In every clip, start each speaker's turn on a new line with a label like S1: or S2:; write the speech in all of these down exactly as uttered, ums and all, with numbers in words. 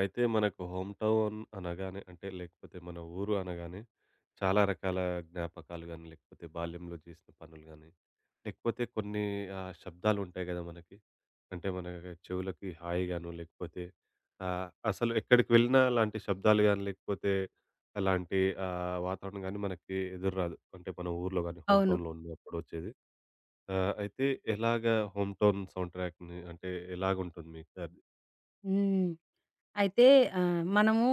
S1: అయితే మనకు home town అనగానే అంటే లేకపోతే మన ఊరు అనగానే చాలా రకాల జ్ఞాపకాలు కానీ లేకపోతే బాల్యంలో చేసిన పనులు కానీ లేకపోతే కొన్ని ఆ, శబ్దాలు ఉంటాయి కదా మనకి. అంటే మన చెవులకి హాయిగాను లేకపోతే ఆ, అసలు ఎక్కడికి వెళ్ళినా అలాంటి శబ్దాలు కానీ లేకపోతే అలాంటి ఆ, వాతావరణం కానీ మనకి ఎదురురాదు. అంటే మన ఊర్లో కానీ హోమ్
S2: అవును.
S1: టౌన్లో ఉన్నప్పుడు వచ్చేది. ఆ, అయితే ఎలాగ హోమ్ టౌన్ సౌండ్ ట్రాక్ని అంటే ఎలాగుంటుంది మీకు అది?
S2: హ్మ్. అయితే ఆహ్, మనము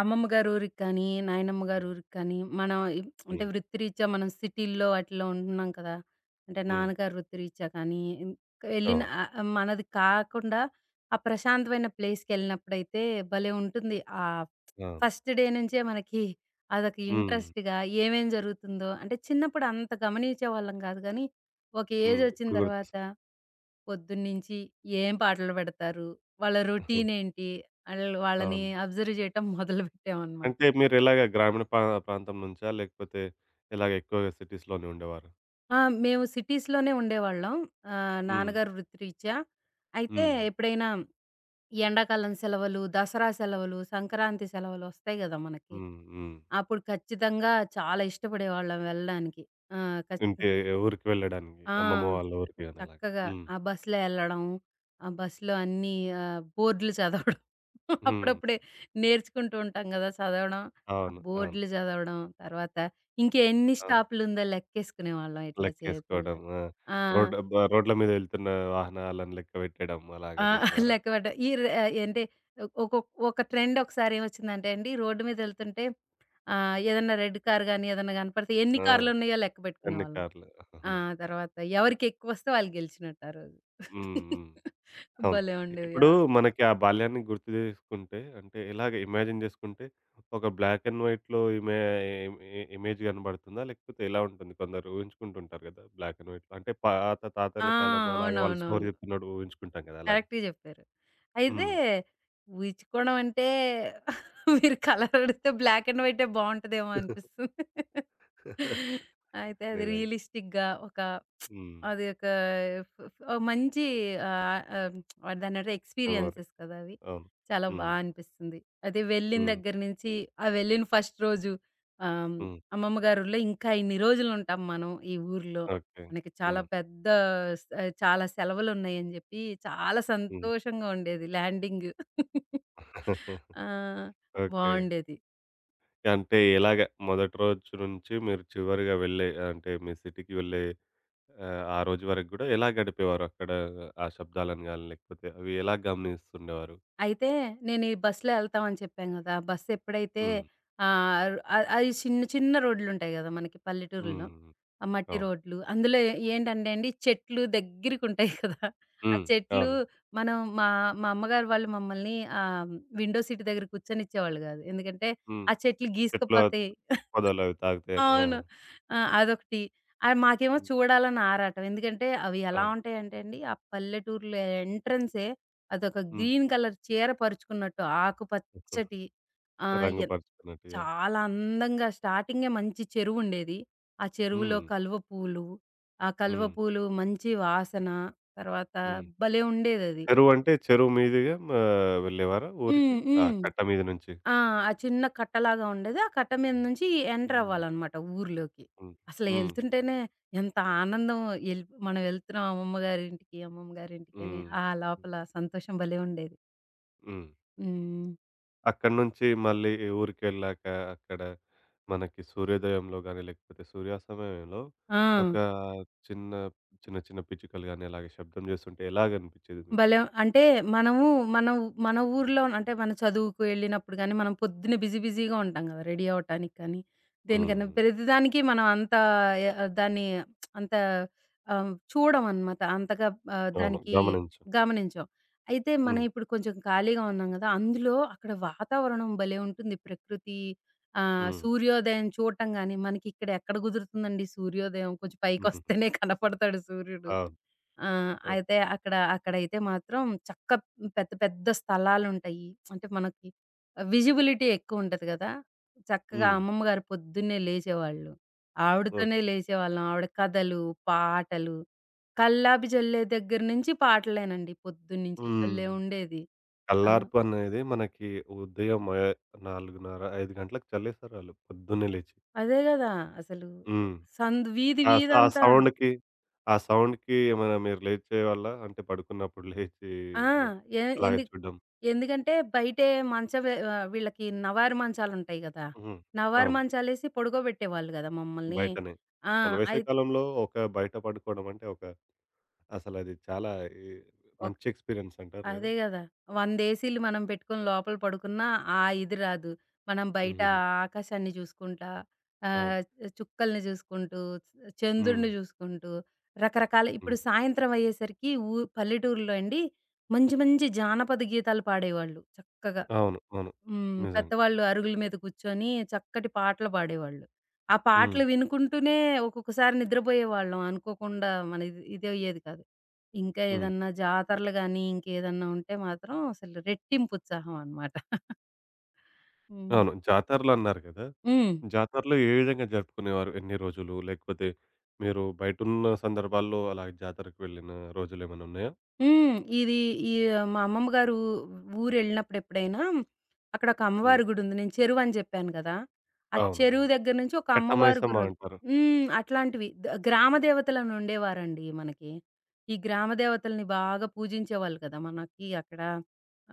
S2: అమ్మమ్మ గారి ఊరికి కానీ, నాయనమ్మ గారి ఊరికి కానీ, మనం ఇప్ అంటే
S1: ఉమ్,
S2: వృత్తిరీత్యా మనం సిటీల్లో వాటిలో ఉంటున్నాం కదా! అంటే
S1: ఉమ్,
S2: నాన్నగారు వృత్తిరీత్యా కానీ, హ్మ్, వెళ్ళిన
S1: అవును.
S2: ఆహ్, మనది కాకుండా ఆ ప్రశాంతమైన ప్లేస్‌కెళ్ళినప్పుడైతే భలే ఉంటుంది. ఆ
S1: ఆ!
S2: ఫస్ట్ డే నుంచే మనకి అదొక
S1: హ్మ్.
S2: ఇంట్రెస్ట్‌గా ఏమేం జరుగుతుందో అంటే చిన్నప్పుడు అంత గమనించేవాళ్ళం కాదు కానీ, ఒక ఏజ్
S1: హ్మ్.
S2: వచ్చిన
S1: ఇప్పుడు
S2: తర్వాత
S1: గుర్తొస్తుంది.
S2: పొద్దున్నుంచి ఏం పాటలు పెడతారు? వాళ్ళ రొటీన్ ఏంటి? ఆళ్ళు వాళ్ళని
S1: అవును.
S2: అబ్జర్వ్ చేయటం మొదలుపెట్టామనమాట.
S1: అంటే మీరెలాగ గ్రామీణ పా ప్రాంతం నుంచా? లేకపోతే ఇలాగ ఎక్కువగా సిటీస్‌లోనే ఉండేవారా?
S2: ఆ! మేము సిటీస్‌లోనే ఉండేవాళ్ళం. ఆహ్,
S1: హ్మ్.
S2: నాన్నగారు వృత్తిరీత్యా. అయితే
S1: హ్మ్.
S2: ఎప్పుడైనా ఈ ఎండాకాలం సెలవులు, దసరా సెలవులు, సంక్రాంతి సెలవులు వస్తాయి గదా! మనకి.
S1: హ్మ్. హ్మ్.
S2: అప్పుడు ఖచ్చితంగా చాలా ఇష్టపడేవాళ్ళం వెళ్ళడానికి. ఆ! ఖచ్చితం
S1: ఇంటి ఊరికి వెళ్ళడానికి,
S2: ఆ!
S1: అమ్మమ్మ వాళ్ళ ఊరికి గాని అలాగా.
S2: చక్కగా
S1: హ్మ్.
S2: ఆ బస్‌లో ఎళ్ళడం, ఆ బస్‌లో అన్నీ ఆహ్, బోర్డులు చదవడం.
S1: హ్మ్.
S2: అప్పుడప్పుడే నేర్చుకుంటూ ఉంటాం గదా! చదవడం. ఆ
S1: అవును. అవును.
S2: బోర్డులు చదవడం, తర్వాత ఇంకెన్ని
S1: అవును.
S2: స్టాపులుందో లెక్కేసుకునేవాళ్ళం ఇట్లా
S1: లెక్కేసుకోవడం.
S2: చేతులతో.
S1: ఆ!
S2: ఆ!
S1: రోడ్ బ రోడ్ల మీద వెళ్తున్న వాహనాలను లెక్క పెట్టడం అలాగ
S2: ఆ!
S1: చేసేవారా?
S2: లెక్కపెట్టడం. ఈ రే అంటే ఒకొక్ ఒక ట్రెండ్ ఒకసారి ఏమొచ్చిందంటే అండి రోడ్డు మీద ఎళ్తుంటే ఆ! ఏదన్నా రెడ్ కార్ గాని, ఏదన్నా కనపడితే ఎన్ని
S1: ఆ!
S2: కార్లున్నాయో లెక్క
S1: అన్ని
S2: పెట్టుకునేవాళ్ళం.
S1: కార్లు.
S2: ఆ!
S1: అవును.
S2: తర్వాత ఎవరికెక్కువొస్తే వాళ్ళు గెలిచినట్టు ఆ రోజు.
S1: హ్మ్. హ్మ్. అవును.
S2: భలే ఉండేవి.
S1: ఇప్పుడు
S2: ఆ!
S1: మనకి ఆ బాల్యాన్ని గుర్తు చేసుకుంటే, అంటే ఎలాగ ఇమాజిన్ చేసుకుంటే, ఒక బ్లాక్ అండ్ వైట్‌లో ఇమే ఇ ఇమేజ్ కనబడుతుందా? లేకపోతే ఎలా ఉంటుంది? కొందరు ఊహించుకుంటుంటారు కదా, బ్లాక్ అండ్ వైట్‌లో. అంటే పాత
S2: ఆ!
S1: తాతల కాలం అలాగ వాళ్ళు స్టోరీ
S2: అవునవునవును.
S1: చెప్తున్నట్టు ఊహించుకుంటాం కదా, అలాగే.
S2: కరెక్ట్‌గా చెప్పారు. అయితే
S1: హ్మ్.
S2: ఊహించుకోవడం అంటే మీరు కలర్ అడిగితే బ్లాక్ అండ్ వైటే బావుంటదేమో అనిపిస్తుంది. అయితే అది
S1: నిజంగా.
S2: రియలిస్టిక్‌గా ఒక
S1: హ్మ్.
S2: అది ఒక ఫ్ ఫ్ ఓ మంచి ఆహ్, ఆహ్, దాన్నేంటో
S1: మెమొరీ.
S2: ఎక్స్‌పీరియన్సెస్ కదా! అవి.
S1: అవును.
S2: చాలా బా
S1: హ్మ్.
S2: అనిపిస్తుంది. అదే వెళ్ళిన
S1: హ్మ్.
S2: దగ్గర నుంచి ఆ వెళ్ళిన ఫస్ట్ రోజు ఆహ్,
S1: హ్మ్.
S2: అమ్మమ్మ గారి ఊర్లో ఇంకా ఇన్ని రోజులుంటాం మనం ఈ ఊర్లో.
S1: ఓకే.
S2: మనకి చాలా
S1: హ్మ్.
S2: పెద్ద స్ చాలా సెలవులున్నాయని జెప్పి చాలా
S1: హ్మ్.
S2: సంతోషంగా ఉండేది ల్యాండింగ్. ఆ!
S1: ఓకే.
S2: బావుండేది.
S1: అంటే ఎలాగ మొదటి రోజు నుంచి మీరు చివరిగా వెళ్ళే, అంటే మీ సిటీకి వెళ్ళే ఆ! ఆ రోజు వరకు గూడా ఎలా గడిపేవారు అక్కడ? ఆ శబ్దాలను గాని, లేకపోతే అవి ఎలా గమనిస్తుండేవారు?
S2: అయితే నేను ఈ బస్‌లో ఎళ్తామని చెప్పాను గదా! బస్ ఎప్పుడైతే
S1: హ్మ్.
S2: ఆహ్, ఆహ్, అయి చిన్న చిన్న రోడ్లుంటాయి గదా! మనకి పల్లెటూరుల్లో.
S1: హ్మ్.
S2: ఆ మట్టి
S1: అవును.
S2: రోడ్లు. అందులో ఏ- ఏంటంటే అండి చెట్లు దగ్గరికుంటాయి కదా! ఆ
S1: హ్మ్.
S2: చెట్లు
S1: అవును.
S2: మనం మా మా అమ్మగారు వాళ్ళు మమ్మల్ని ఆహ్, విండో సీట్ దగ్గర కూర్చొనిచ్చేవాళ్ళు గాదు. ఎందుకంటే
S1: హ్మ్.
S2: ఆ చెట్లు
S1: చెట్లు
S2: గీసుకుపోతాయి.
S1: పొదలు అవి తాగుతాయని. ఆ!
S2: అవును. ఆ! అదొకటి. ఆహ్, మాకేమో
S1: హ్మ్.
S2: చూడాలని ఆరాటం. ఎందుకంటే అవి ఎలా
S1: అవును.
S2: ఉంటాయంటే అండి ఆ పల్లెటూరులో ఎంట్రన్సే అదొక
S1: హ్మ్.
S2: గ్రీన్ కలర్ చీర పరుచుకున్నట్టు ఆకుపచ్చటి ఆహ్, ఎన్
S1: రంగుపరుచుకున్నట్టుగా.
S2: చాలా అందంగా స్టార్టింగే మంచి చెరువుండేది. ఆ చెరువులో
S1: హ్మ్.
S2: కలువ పూలు, ఆ కలువ
S1: హ్మ్.
S2: పూలు మంచి వాసన, తర్వాత
S1: హ్మ్.
S2: భలే ఉండేదది.
S1: చెరువంటే చెరువు మీదుగా మా వెళ్ళేవారా ఊరికి?
S2: హ్మ్.
S1: ఆ
S2: హ్మ్.
S1: కట్ట మీద నుంచి.
S2: ఆ! ఆ చిన్న కట్టలాగా ఉండేది. ఆ కట్ట మీద నుంచి ఎంటర్
S1: హ్మ్.
S2: అవ్వాలనమాట ఊర్లోకి.
S1: హ్మ్.
S2: అసలు
S1: హ్మ్.
S2: ఎళ్తుంటేనే ఎంత ఆనందం ఎల్ మనం ఎళ్తున్నాం అమ్మమ్మ గారింటికి, అమ్మమ్మ గారింటికి అని
S1: హ్మ్.
S2: ఆ
S1: హ్మ్.
S2: లోపల సంతోషం భలే ఉండేది.
S1: హ్మ్.
S2: హ్మ్.
S1: అక్కడి నుంచి మళ్ళీ ఊరికెళ్ళాక అక్కడ మనకి సూర్యోదయంలో గాని, లేకపోతే సూర్యాస్తమయంలో
S2: ఆ!
S1: ఒక చిన్న, చిన్న చిన్న పిచ్చుకలు గాని అలాగే శబ్దం చేస్తుంటే ఎలాగనిపిచ్చేది మీకు?
S2: భలే అంటే మనము మన ఊ మన ఊర్లో అంటే మన చదువుకు వెళ్ళినప్పుడు గానీ, మనం పొద్దున్న బిజీ బిజీగా ఉంటాం గదా! రెడీ అవ్వటానికి కానీ,
S1: హ్మ్.
S2: దేనికన్నా
S1: హ్మ్.
S2: ప్రతిదానికి మనం అంత య దాన్ని అంత ఆహ్, చూడమనమాట. అంతగా ఆహ్,
S1: అవును.
S2: దానికి
S1: గమనించాం.
S2: గమనించం. అయితే మనం
S1: హ్మ్.
S2: ఇప్పుడు కొంచెం ఖాళీగా ఉన్నాం గదా! అందులో అక్కడ వాతావరణం భలే ఉంటుంది. ప్రకృతి ఆహ్,
S1: హ్మ్.
S2: సూర్యోదయం చూడటం గానీ, మనకిక్కడ ఎక్కడ కుదురుతుందండి సూర్యోదయం? కొంచెం
S1: హుహుహు.
S2: పైకొస్తేనే కనపడతాడు సూర్యుడు.
S1: అవును.
S2: ఆ!
S1: ఆ!
S2: అయితే అక్కడ అక్కడైతే మాత్రం చక్క పెద్ద పెద్ద స్థలాలుంటాయి. అంటే మనకి విజిబిలిటీ ఎక్కువుంటది గదా! చక్కగా
S1: హ్మ్.
S2: అమ్మమ్మ గారు పొద్దున్నే లేచేవాళ్ళు.
S1: ఓకే.
S2: ఆవిడతోనే లేచేవాళ్ళం. ఆవిడ కథలు, పాటలు, కల్లాపి జల్లే దగ్గర నుంచి పాటలేనండి పొద్దున్నుంచి
S1: హ్మ్.
S2: భలే ఉండేది. అవును.
S1: కల్లార్పు అనేది మనకి ఉదయం ఆహ్, నాలుగున్నర, అయిదు గంటలకు చల్లేస్తారు ఆళ్ళు పొద్దున్నే లేచి.
S2: అదే గదా! అసలు
S1: హ్మ్.
S2: సంద్ వీధి
S1: ఆ స ఆ
S2: వీధంతా
S1: సౌండ్‌కి, ఆ సౌండ్‌కి ఏమైనా మీరు లేచేవాళ్ళా? అంటే పడుకున్నప్పుడు లేచి
S2: ఆ!
S1: ని
S2: ఏ
S1: అలాగే
S2: ఎందు
S1: చూడడం.
S2: ఎందుకంటే బయటే మంచం ఆహ్, వీళ్ళకి నవారు మంచాలుంటాయి గదా!
S1: హ్మ్.
S2: నవారు
S1: అవును.
S2: మంచాలేసి పడుకోబెట్టేవాళ్ళు గదా మమ్మల్ని.
S1: బయటనే.
S2: ఆ!
S1: అవును.
S2: అయి
S1: వేసవికాలంలో ఒక బయట పడుకోవడం అంటే ఒక అసలది చాలా ఈ
S2: ఒక్
S1: మంచి ఎక్స్‌పీరియన్స్ అంటారు గదా!
S2: అదే గదా! వంద ఏసీలు మనం పెట్టుకొని లోపల పడుకున్నా ఆ ఇది రాదు. మనం బయట
S1: హ్మ్.
S2: ఆకాశాన్ని జూసుకుంటా,
S1: అవును.
S2: ఆహ్, చుక్కల్ని జూసుకుంటూ,
S1: హ్మ్.
S2: చంద్రుడిని జూసుకుంటూ రకరకాల ఇప్పుడు
S1: హ్మ్.
S2: సాయంత్రం అయ్యేసరికి ఊ పల్లెటూరులో అండి మంచి మంచి జానపద గీతాలు పాడేవాళ్ళు చక్కగా.
S1: అవును. అవును.
S2: హ్మ్.
S1: నిజంగా.
S2: పెద్దవాళ్ళు అరుగుల మీద కూర్చొని చక్కటి పాటలు పాడేవాళ్ళు. ఆ
S1: హ్మ్.
S2: పాటలు వినుకుంటూనే ఒక్కొక్కసారి నిద్రపోయేవాళ్ళం. అనుకోకుండా మన ఇది ఇదయ్యేది కాదు. ఇంకా
S1: హ్మ్.
S2: ఏదన్నా జాతరలు గాని, ఇంకేదన్నా ఉంటే మాత్రం అసలు రెట్టింపు ఉత్సాహం అనమాట. హ్మ్.
S1: అవును. జాతరలన్నారు గదా!
S2: హ్మ్.
S1: జాతరలు ఏ విధంగా జరుపుకునేవారు? ఎన్ని రోజులు? లేకపోతే మీరు బయటున్న సందర్భాల్లో అలాగే జాతరకు వెళ్ళిన రోజులేమైనా ఉన్నాయా?
S2: హ్మ్. ఇది ఈ మా అమ్మమ్మ గారు ఊరెళ్ళినప్పుడు ఎప్పుడైనా, అక్కడ ఒక
S1: హ్మ్.
S2: అమ్మవారి గుడుంది. నేను చెరువని జెప్పాను గదా! ఆ
S1: అవును.
S2: చెరువు
S1: అవును.
S2: దగ్గర నుంచి ఒక
S1: కట్ట
S2: అమ్మవారి
S1: మైసమ్మ
S2: గురు
S1: అంటారు.
S2: హ్మ్. అట్లాంటివి. ద గ్రామ దేవతలని ఉండేవారండి మనకి. ఈ గ్రామ దేవతల్ని బాగా పూజించేవాళ్ళు కదా! మనకి అక్కడ.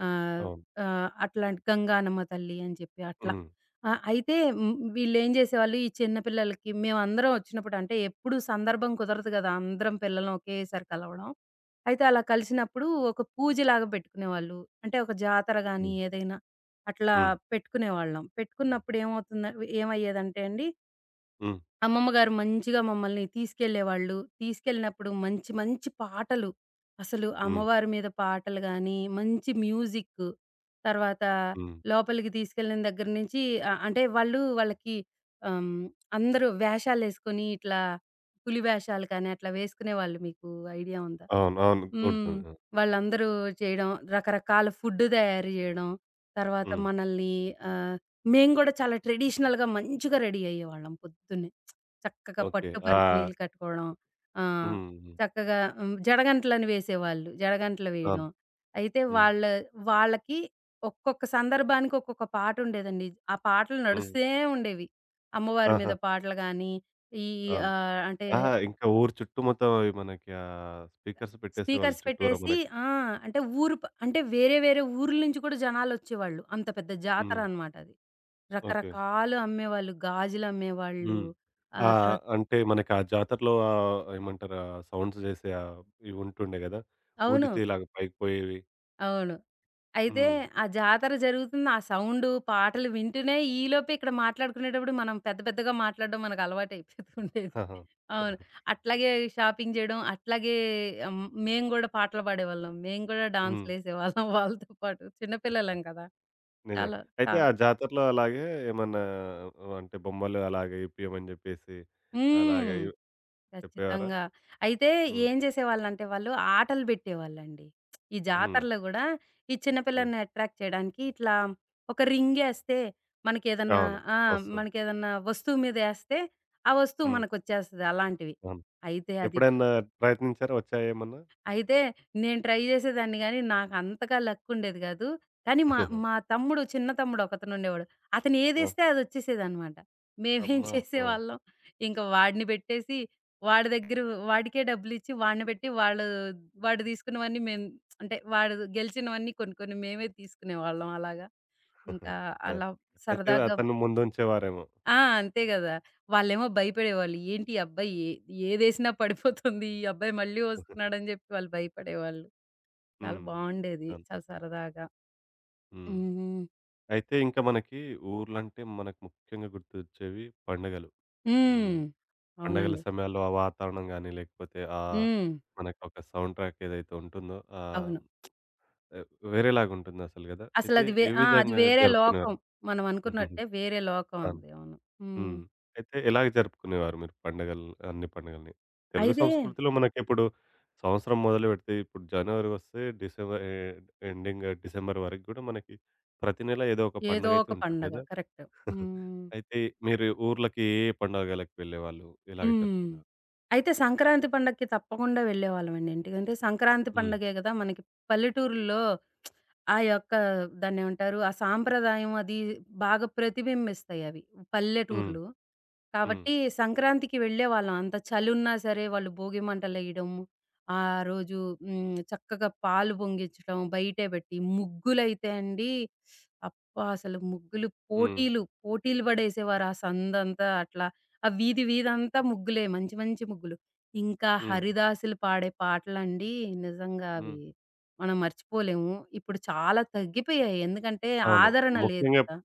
S2: ఆహ్,
S1: అవును.
S2: ఆహ్, అట్లాంటి గంగానమ్మ తల్లి అని చెప్పి అట్లా.
S1: హ్మ్.
S2: ఆహ్, అయితే హ్మ్. వీళ్ళేం జేసేవాళ్ళు ఈ చిన్న పిల్లలకి మేమందరం ఒచ్చినప్పుడు అంటే ఎప్పుడు సందర్భం కుదరదు గదా! అందరం పిల్లలం ఒకేసారి కలవడం. అయితే అలా కలిసినప్పుడు ఒక పూజలాగా పెట్టుకునేవాళ్ళు. అంటే ఒక జాతర గాని
S1: హ్మ్.
S2: ఏదైనా అట్లా
S1: హ్మ్.
S2: పెట్టుకునేవాళ్ళం. పెట్టుకున్నప్పుడు ఏమవుతుంద ఏమయ్యేదంటే అండి,
S1: హ్మ్.
S2: అమ్మమ్మ గారు మంచిగా మమ్మల్ని తీసుకెళ్ళేవాళ్ళు. తీసుకెళ్ళినప్పుడు మంచి మంచి పాటలు అసలు
S1: హ్మ్.
S2: అమ్మవారి మీద పాటలు గాని, మంచి మ్యూజిక్. తర్వాత
S1: హ్మ్.
S2: లోపలికి తీసుకెళ్ళిన దగ్గర నుంచి ఆహ్, అంటే వాళ్ళు వాళ్ళకి ఆహ్, హ్మ్, అందరూ వేషాలేసుకొని ఇట్లా పులి వేషాలు కానీ అట్లా వేసుకునేవాళ్ళు. మీకు ఐడియా ఉందా?
S1: అవును. అవును.
S2: హ్మ్.
S1: గుర్తుంది. ఆ!
S2: వాళ్ళందరూ చేయడం, రకరకాల ఫుడ్ తయారు జేయడం, తర్వాత
S1: హ్మ్.
S2: మనల్ని ఆహ్, మేము గూడా చాలా ట్రెడిషనల్‌గా మంచిగా రెడీ అయ్యేవాళ్ళం పొద్దున్నే. చక్కగా
S1: ఓకే.
S2: పట్టు
S1: ఆ!
S2: పరికి నీళ్లు కట్టుకోవడం. ఆ!
S1: హ్మ్. హ్మ్.
S2: చక్కగా హ్మ్. జడగంటలని వేసేవాళ్ళు. జడగంటలు
S1: అవును.
S2: వేయడం. అయితే
S1: హ్మ్.
S2: వాళ్ళ వాళ్ళకి ఒక్కొక్క సందర్భానికి ఒక్కొక్క పాటుండేదండి. ఆ పాటలు
S1: హ్మ్.
S2: నడుస్తూనే ఉండేవి. అమ్మవారి మీద
S1: ఆహా!
S2: పాటలు గాని, ఈ
S1: అవును.
S2: ఆహ్, అంటే
S1: ఆహా! ఇంకా ఊరు చుట్టూ మొత్తం అవి మనకి ఆహ్, స్పీకర్స్ పెట్టేసేవాళ్ళు
S2: స్పీకర్స్
S1: చుట్టూరా
S2: పెట్టేసి
S1: మనకి.
S2: ఆ! అంటే ఊరు ప అంటే వేరే వేరే ఊర్ల నుంచి కూడా జనాలొచ్చేవాళ్ళు. అంత పెద్ద జాతర
S1: హ్మ్.
S2: అనమాట అది.
S1: ఓకే.
S2: రకరకాలు అమ్మేవాళ్ళు. గాజులమ్మేవాళ్ళు.
S1: హ్మ్. ఆ!
S2: ఆహ్, తర్వాత
S1: అంటే మనకి ఆ జాతరలో ఆహ్, ఏమంటారు ఆ సౌండ్స్ చేసే ఆహ్, ఇవి ఉంటుండే గదా!
S2: అవును.
S1: ఊదితే ఇలాగ పైకి పోయేవి.
S2: అవును. అయితే
S1: హ్మ్.
S2: ఆ జాతర జరుగుతుంది. ఆ సౌండు, పాటలు వింటూనే ఈలోపే ఇక్కడ మాట్లాడుకునేటప్పుడు మనం పెద్ద పెద్దగా మాట్లాడడం మనకు అలవాటయిపోతూ ఉండేది.
S1: ఆహా!
S2: అవును. అట్లాగే షాపింగ్ చేయడం, అట్లాగే ఆహ్, హ్మ్, మేము గూడా పాటలు పాడేవాళ్ళం. మేము కూడా
S1: హ్మ్.
S2: డాన్సులేసేవాళ్ళం వాళ్ళతో పాటు. చిన్న పిల్లలం కదా!
S1: నిజంగా.
S2: చాలా చా
S1: అయితే ఆ జాతరలో అలాగే ఏమన్నా, అంటే బొమ్మలు అలాగే ఇప్పియమని జెప్పేసి అలాగే
S2: హ్మ్.
S1: ఇ చెప్పేవారా?
S2: ఖచ్చితంగా. అయితే
S1: హ్మ్.
S2: ఏం చేసేవాళ్ళంటే వాళ్ళు ఆటలు బెట్టేవాళ్ళండి. ఈ
S1: హ్మ్.
S2: జాతరలో గూడా ఈ చిన్న
S1: హ్మ్.
S2: పిల్లల్ని అట్రాక్ట్ చేయడానికి ఇట్లా ఒక రింగేస్తే మనకేదన్నా
S1: అవును.
S2: ఆ!
S1: వస్తది.
S2: మనకేదన్నా వస్తువు మీదేస్తే ఆ వస్తువు
S1: హ్మ్.
S2: మనకొచ్చేస్తది అలాంటివి.
S1: అవును.
S2: అయితే అది
S1: ఎప్పుడన్నా ప్రయత్నించారా, వచ్చాయేమన్నా?
S2: అయితే నేను ట్రై చేసేదాన్ని గానీ, నాకంతగా లక్కుండేది గాదు. కానీ మా మా తమ్ముడు, చిన్న తమ్ముడు ఒకతనుండేవాడు. అతను
S1: ఆ!
S2: ఏదేస్తే అదొచ్చేసేదనమాట. మేమేం
S1: అమ్మా! ఆ!
S2: చేసేవాళ్ళం, ఇంక వాడిని బెట్టేసి, వాడి దగ్గర వాడికే డబ్బులిచ్చి, వాడిని బెట్టి వాళ్ళు వాడు తీసుకున్నవన్నీ మేము అంటే, వాడు గెలిచినవన్నీ కొన్ని కొన్ని మేమే తీసుకునేవాళ్ళం అలాగా. ఇంకా
S1: ఆ!
S2: అలా
S1: అయితే
S2: సరదాగా
S1: అతను ముందుంచేవారేమో.
S2: ఆ! అంతే గదా! వాళ్ళేమో భయపడేవాళ్ళు. ఏంటి ఈ అబ్బాయి ఏ ఏదేసినా పడిపోతుంది. ఈ అబ్బాయి మళ్ళీ
S1: హ్మ్.
S2: వస్తున్నాడని జెప్పి వాళ్ళు భయపడేవాళ్ళు. చాలా బావుండేది.
S1: అవును.
S2: చాలా సరదాగా.
S1: హ్మ్.
S2: హుహు.
S1: అయితే ఇంకా మనకి ఊర్లంటే మనకు ముఖ్యంగా గుర్తొచ్చేవి పండగలు. హ్మ్.
S2: హ్మ్.
S1: పండగల
S2: అవునండి.
S1: సమయాల్లో ఆ వాతావరణం గాని, లేకపోతే ఆహ్,
S2: హ్మ్.
S1: మనకొక సౌండ్ ట్రాక్ ఏదైతే ఉంటుందో ఆహ్,
S2: అవును.
S1: ఎ వేరేలాగుంటుందసలు గదా! అయితే
S2: అసలది వే
S1: ఏ
S2: ఆ! అది
S1: విధంగా
S2: వేరే లోకం.
S1: జరుపుకునేవారు?
S2: మనం
S1: హుహుహు.
S2: అనుకున్నట్టే వేరే లోకం
S1: అవును.
S2: అది. అవును. హ్మ్.
S1: హ్మ్. అయితే ఎలాగ జరుపుకునేవారు మీరు పండగలు, అన్ని పండుగల్ని? తెలుగు
S2: అయితే
S1: సంస్కృతిలో మనకిప్పుడు సంవత్సరం మొదలుపెడితే ఇప్పుడు జనవరి వస్తే డిసెంబర్ ఎ ఎండింగ్ డిసెంబర్ వరకు గూడా మనకి ప్రతి నెల ఏదో ఒక
S2: ఏదో
S1: పండగైతే
S2: ఒక
S1: ఉంటుంది
S2: పండగ.
S1: గదా!
S2: కరెక్ట్. హ్మ్.
S1: అయితే మీరు ఊర్లకి ఏ ఏ పండగలకి వెళ్ళేవాళ్ళు? ఎలాగ
S2: హ్మ్.
S1: జరుపుకునేవారు?
S2: అయితే సంక్రాంతి పండగకి తప్పకుండా వెళ్ళేవాళ్ళమండి ఇంటికి. అంటే సంక్రాంతి
S1: హ్మ్.
S2: పండగే గదా! మనకి పల్లెటూరుల్లో ఆ యొక్క దాన్నేమంటారు? ఆ సాంప్రదాయం అది బాగా ప్రతిబింబిస్తాయి అవి.
S1: హ్మ్.
S2: పల్లెటూర్లు.
S1: హ్మ్.
S2: కాబట్టి సంక్రాంతికి వెళ్ళేవాళ్ళం. అంత చలున్నా సరే వాళ్ళు భోగి మంటలేయడం. ఆ రోజు హ్మ్. చక్కగా పాలు పొంగించడం బయటే పెట్టి. ముగ్గులైతే అండి అబ్బా! అసలు ముగ్గులు
S1: హ్మ్.
S2: పోటీలు, పోటీలు పడేసేవారు ఆ సందంతా అట్లా. ఆ వీధి వీధంతా ముగ్గులే. మంచి మంచి ముగ్గులు. ఇంకా
S1: హ్మ్.
S2: హరిదాసులు పాడే పాటలండి నిజంగా
S1: హ్మ్.
S2: అవి మనం మర్చిపోలేము. ఇప్పుడు చాలా తగ్గిపోయాయి. ఎందుకంటే
S1: అవును.
S2: ఆదరణ లేదు
S1: ముఖ్యంగా
S2: కదా!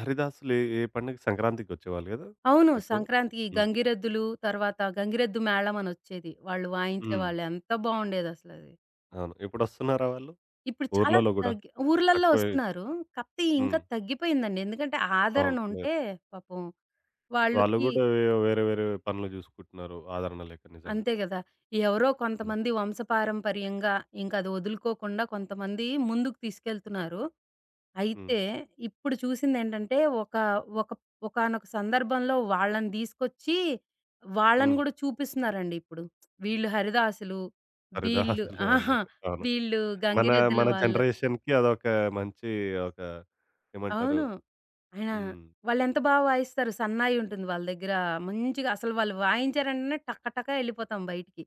S1: హరిదాసులు ఏ, ఏ పండుగకి, సంక్రాంతికొచ్చేవాళ్ళు గదా!
S2: అవును.
S1: ఎక్కువగా.
S2: సంక్రాంతికి
S1: హ్మ్.
S2: గంగిరెద్దులు, తర్వాత గంగిరెద్దు మేళం అనొచ్చేది. వాళ్ళు
S1: హ్మ్.
S2: వాయించేవాళ్ళు. ఎంత బావుండేదసలది.
S1: అవును. ఇప్పుడొస్తున్నారా వాళ్ళు?
S2: ఇప్పుడు చాలా
S1: ఊర్లలో గూడా
S2: తగ్గి ఊర్లల్లో
S1: తక్కువే.
S2: వస్తున్నారు. కాపోతే ఇంకా
S1: హ్మ్.
S2: తగ్గిపోయిందండి. ఎందుకంటే ఆదరణ
S1: అవును.
S2: ఉంటే
S1: లేరు.
S2: పాపం
S1: వాళ్ళు
S2: వాళ్ళకి
S1: గూడా వే వేరే, వేరే పనులు జూసుకుంటున్నారు ఆదరణ లేక నిజంగా.
S2: అంతే గదా! ఎవరో
S1: హ్మ్.
S2: కొంతమంది వంశపారంపర్యంగా ఇంకది వదులుకోకుండా కొంతమంది ముందుకు తీసుకెళ్తున్నారు.
S1: హ్మ్.
S2: అయితే ఇప్పుడు చూసిందేంటంటే, ఒక ఒక ఒకానొక సందర్భంలో వాళ్ళని దీసుకొచ్చి, వాళ్ళని
S1: హ్మ్.
S2: గూడా చూపిస్తున్నారండి ఇప్పుడు. వీళ్ళు హరిదాసులు, వీళ్ళు
S1: హరిదాసులు
S2: అహా!
S1: అన్నట్టు. అవును.
S2: వీళ్ళు
S1: మన,
S2: గంగిరెద్దుల
S1: మన
S2: వాళ్ళు.
S1: జనరేషన్‌కి అదొక మంచి ఒక ఏమంటారు?
S2: అవును. అయినా
S1: హ్మ్.
S2: వాళ్ళెంత బాగా వాయిస్తారు. సన్నాయి ఉంటుంది వాళ్ళ దగ్గర. మంచిగా అసలు వాళ్ళు వాయించారంటేనే టక టక ఎళ్ళిపోతాం బయటికి.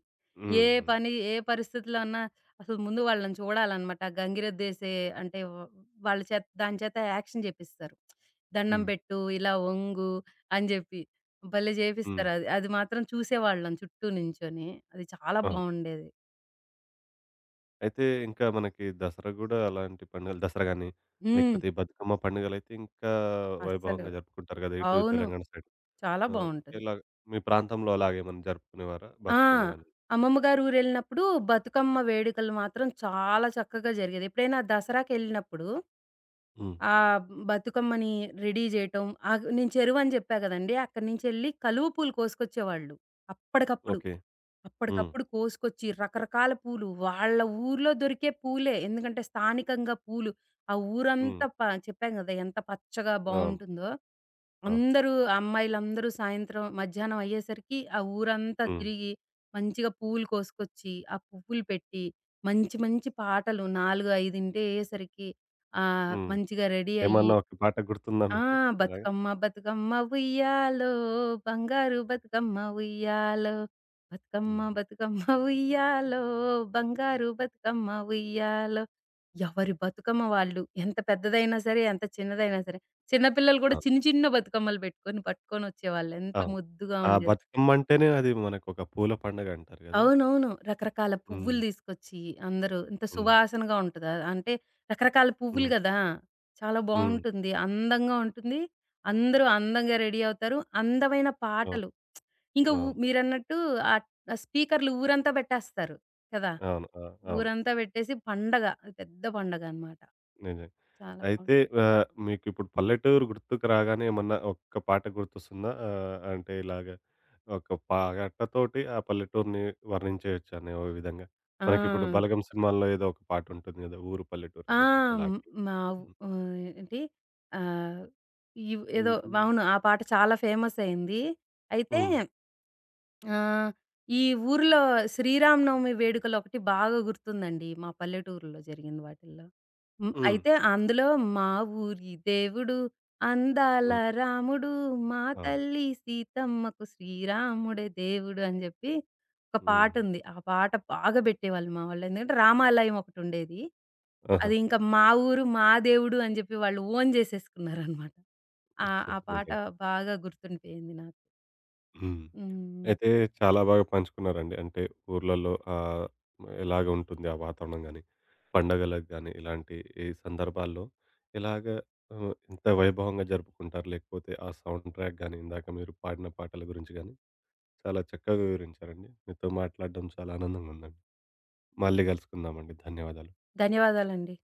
S2: ఏ
S1: హ్మ్. హ్మ్.
S2: పని, ఏ పరిస్థితిలో ఉన్నా అసలు ముందు వాళ్ళని చూడాలనమాట. ఆ గంగిరెద్దేసే అంటే వ్ వాళ్ళ చేత దాని చేత యాక్షన్ జేపిస్తారు. దండం
S1: హ్మ్.
S2: పెట్టు, ఇలా ఒంగు అని జెప్పి. భలే
S1: హ్మ్.
S2: జేపిస్తారు. అది అది మాత్రం చూసేవాళ్ళం చుట్టూ నించొని. అది చాలా
S1: అవును.
S2: బావుండేది.
S1: అయితే ఇంకా మనకి దసరా గూడా అలాంటి పండుగలు, దసరా గాని,
S2: హ్మ్.
S1: లేకపోతే ఈ బతుకమ్మ పండుగలైతే ఇంకా
S2: అస్సలు.
S1: వైభవంగా జరుపుకుంటారు గదా, ఇటు
S2: అవును.
S1: తెలంగాణ సైడ్!
S2: చాలా
S1: ఆ!
S2: బావుంటది.
S1: ఎలాగ మీ ప్రాంతంలో అలాగేమన్నా జరుపుకునేవారా
S2: ఆ!
S1: బతుకమ్మ గాని?
S2: అమ్మమ్మ గారు ఊరెళ్ళినప్పుడు బతుకమ్మ వేడుకలు మాత్రం చాలా చక్కగా జరిగేది. ఎప్పుడైనా దసరాకెళ్ళినప్పుడు
S1: హ్మ్.
S2: ఆహ్, బతుకమ్మని రెడీ చేయటం ఆగ్ నేను చెరువని చెప్పా గదండీ! అక్కడి నుంచెళ్ళి కలువ పూలు కోసుకొచ్చేవాళ్ళు. అప్పటికప్పుడు.
S1: ఓకే. హ్మ్.
S2: అప్పటికప్పుడు కోసుకొచ్చి రకరకాల పూలు వాళ్ళ ఊర్లో దొరికే పూలే. ఎందుకంటే స్థానికంగా పూలు ఆ
S1: హ్మ్.
S2: ఊరంతా ప చెప్పాం గదా! ఎంత పచ్చగా
S1: అవును.
S2: బావుంటుందో.
S1: అవును.
S2: అందరూ అమ్మాయిలందరూ సాయంత్రం మధ్యాహ్నం అయ్యేసరికి ఆ ఊరంతా
S1: హ్మ్.
S2: తిరిగి, మంచిగా పువ్వులు కోసుకొచ్చి, ఆ పువ్వులు పెట్టి, మంచి మంచి పాటలు నాలుగు, ఐదు ఇంటి అయ్యేసరికి ఆహ్,
S1: హ్మ్.
S2: మంచిగా రెడీ అయ్యి
S1: ఏమన్నా ఒక పాట గుర్తుందా
S2: ఆ!
S1: మీకు అలాగా?
S2: బతుకమ్మ బతుకమ్మ ఉయ్యాలో, బంగారు బతుకమ్మ ఉయ్యాలో, బతుకమ్మ
S1: హ్మ్.
S2: బతుకమ్మ ఉయ్యాలో, బంగారు బతుకమ్మ ఉయ్యాలో. ఎవరి బతుకమ్మ వాళ్ళు. ఎంత పెద్దదైనా సరే, ఎంత చిన్నదైనా సరే. చిన్న పిల్లలు కూడా
S1: అవును.
S2: చిన్న చిన్న బతుకమ్మలు పెట్టుకొని పట్టుకొనొచ్చేవాళ్ళు. ఎంత
S1: అవును.
S2: ముద్దుగా
S1: ఆ
S2: ఉండేది.
S1: బతుకమ్మ అంటేనే అది మనకొక పూల పండగ అంటారు గదా!
S2: అవునవును. రకరకాల
S1: హ్మ్.
S2: పువ్వులు తీసుకొచ్చి అందరూ ఇంత
S1: హ్మ్.
S2: సువాసనగా ఉంటదా? అంటే రకరకాల పువ్వులు
S1: హ్మ్.
S2: గదా! చాలా
S1: హ్మ్.
S2: బావుంటుంది. అందంగా ఉంటుంది. అందరూ అందంగా రెడీ అవుతారు. అందమైన
S1: అవును.
S2: పాటలు. ఇంకా ఊ
S1: అవును.
S2: మీరన్నట్టు ఆహ్, స్పీకర్‌లు ఊరంతా పెట్టేస్తారు కదా!
S1: అవును. ఆ! అవును.
S2: ఊరంతా పెట్టేసి పండగ. అది పెద్ద పండగ అన్నమాట.
S1: నిజంగా.
S2: చాలా
S1: అయితే
S2: బావుంది.
S1: ఆహ్, మీకిప్పుడు పల్లెటూరు గుర్తుకు రాగానే ఏమన్నా ఒక్క పాట గుర్తొస్తుందా? ఆహ్, అంటే ఇలాగ ఒక పాటతోటి ఆ పల్లెటూరిని వర్ణించేయొచ్చు అనే ఓ విధంగా.
S2: ఆ!
S1: మనకిప్పుడు 'బలగం' సినిమాలో ఏదో ఒక పాటుంటుంది గదా! ఊరు పల్లెటూరు
S2: ఆ!
S1: అని జెప్పేసి
S2: మ్-
S1: అలాంటివి.
S2: మా
S1: హ్మ్.
S2: ఆహ్, ఏంటి ఆహ్, ఇవ్ ఏదో
S1: ఊరు.
S2: అవును. ఆ పాట చాలా ఫేమస్ అయింది. అయితే
S1: హ్మ్.
S2: ఆ! ఈ ఊర్లో శ్రీరామనవమి వేడుకలొకటి బాగా గుర్తుందండి. మా పల్లెటూరులో జరిగిన వాటిల్లో. హ్మ్.
S1: హ్మ్.
S2: అయితే అందులో మా ఊరి దేవుడు అందాల
S1: హ్మ్.
S2: రాముడు, మా
S1: అవును.
S2: తల్లి సీతమ్మకు శ్రీరాముడే దేవుడు అని జెప్పి ఒక
S1: హ్మ్.
S2: పాటుంది. ఆ పాట బాగా బెట్టేవాళ్ళు మా వాళ్ళు. ఎందుకంటే రామాలయం ఒకటుండేది.
S1: ఆహా!
S2: అది ఇంకా మా ఊరు, మా దేవుడు అని జెప్పి వాళ్ళు ఓన్ జేసేసుకున్నారనమాట. ఆ! ఆ పాట
S1: నిజంగా.
S2: బాగా గుర్తుండిపోయింది నాకు.
S1: హ్మ్.
S2: హ్మ్.
S1: అయితే చాలా బాగా పంచుకున్నారండి. అంటే ఊర్లలో ఆహ్, ఎలాగ ఉంటుంది ఆ వాతావరణం గాని, పండగలకు గాని, ఇలాంటి ఈ సందర్భాల్లో ఎలాగ ఆహ్, ఎంత వైభవంగా జరుపుకుంటారు? లేకపోతే ఆ సౌండ్ ట్రాక్ గాని, ఇందాక మీరు పాడిన పాటల గురించి గాని చాలా చక్కగా వివరించారండి. మీతో మాట్లాడడం చాలా ఆనందంగా ఉందండి. మళ్ళీ కలుసుకుందామండి. ధన్యవాదాలు.
S2: ధన్యవాదాలండి.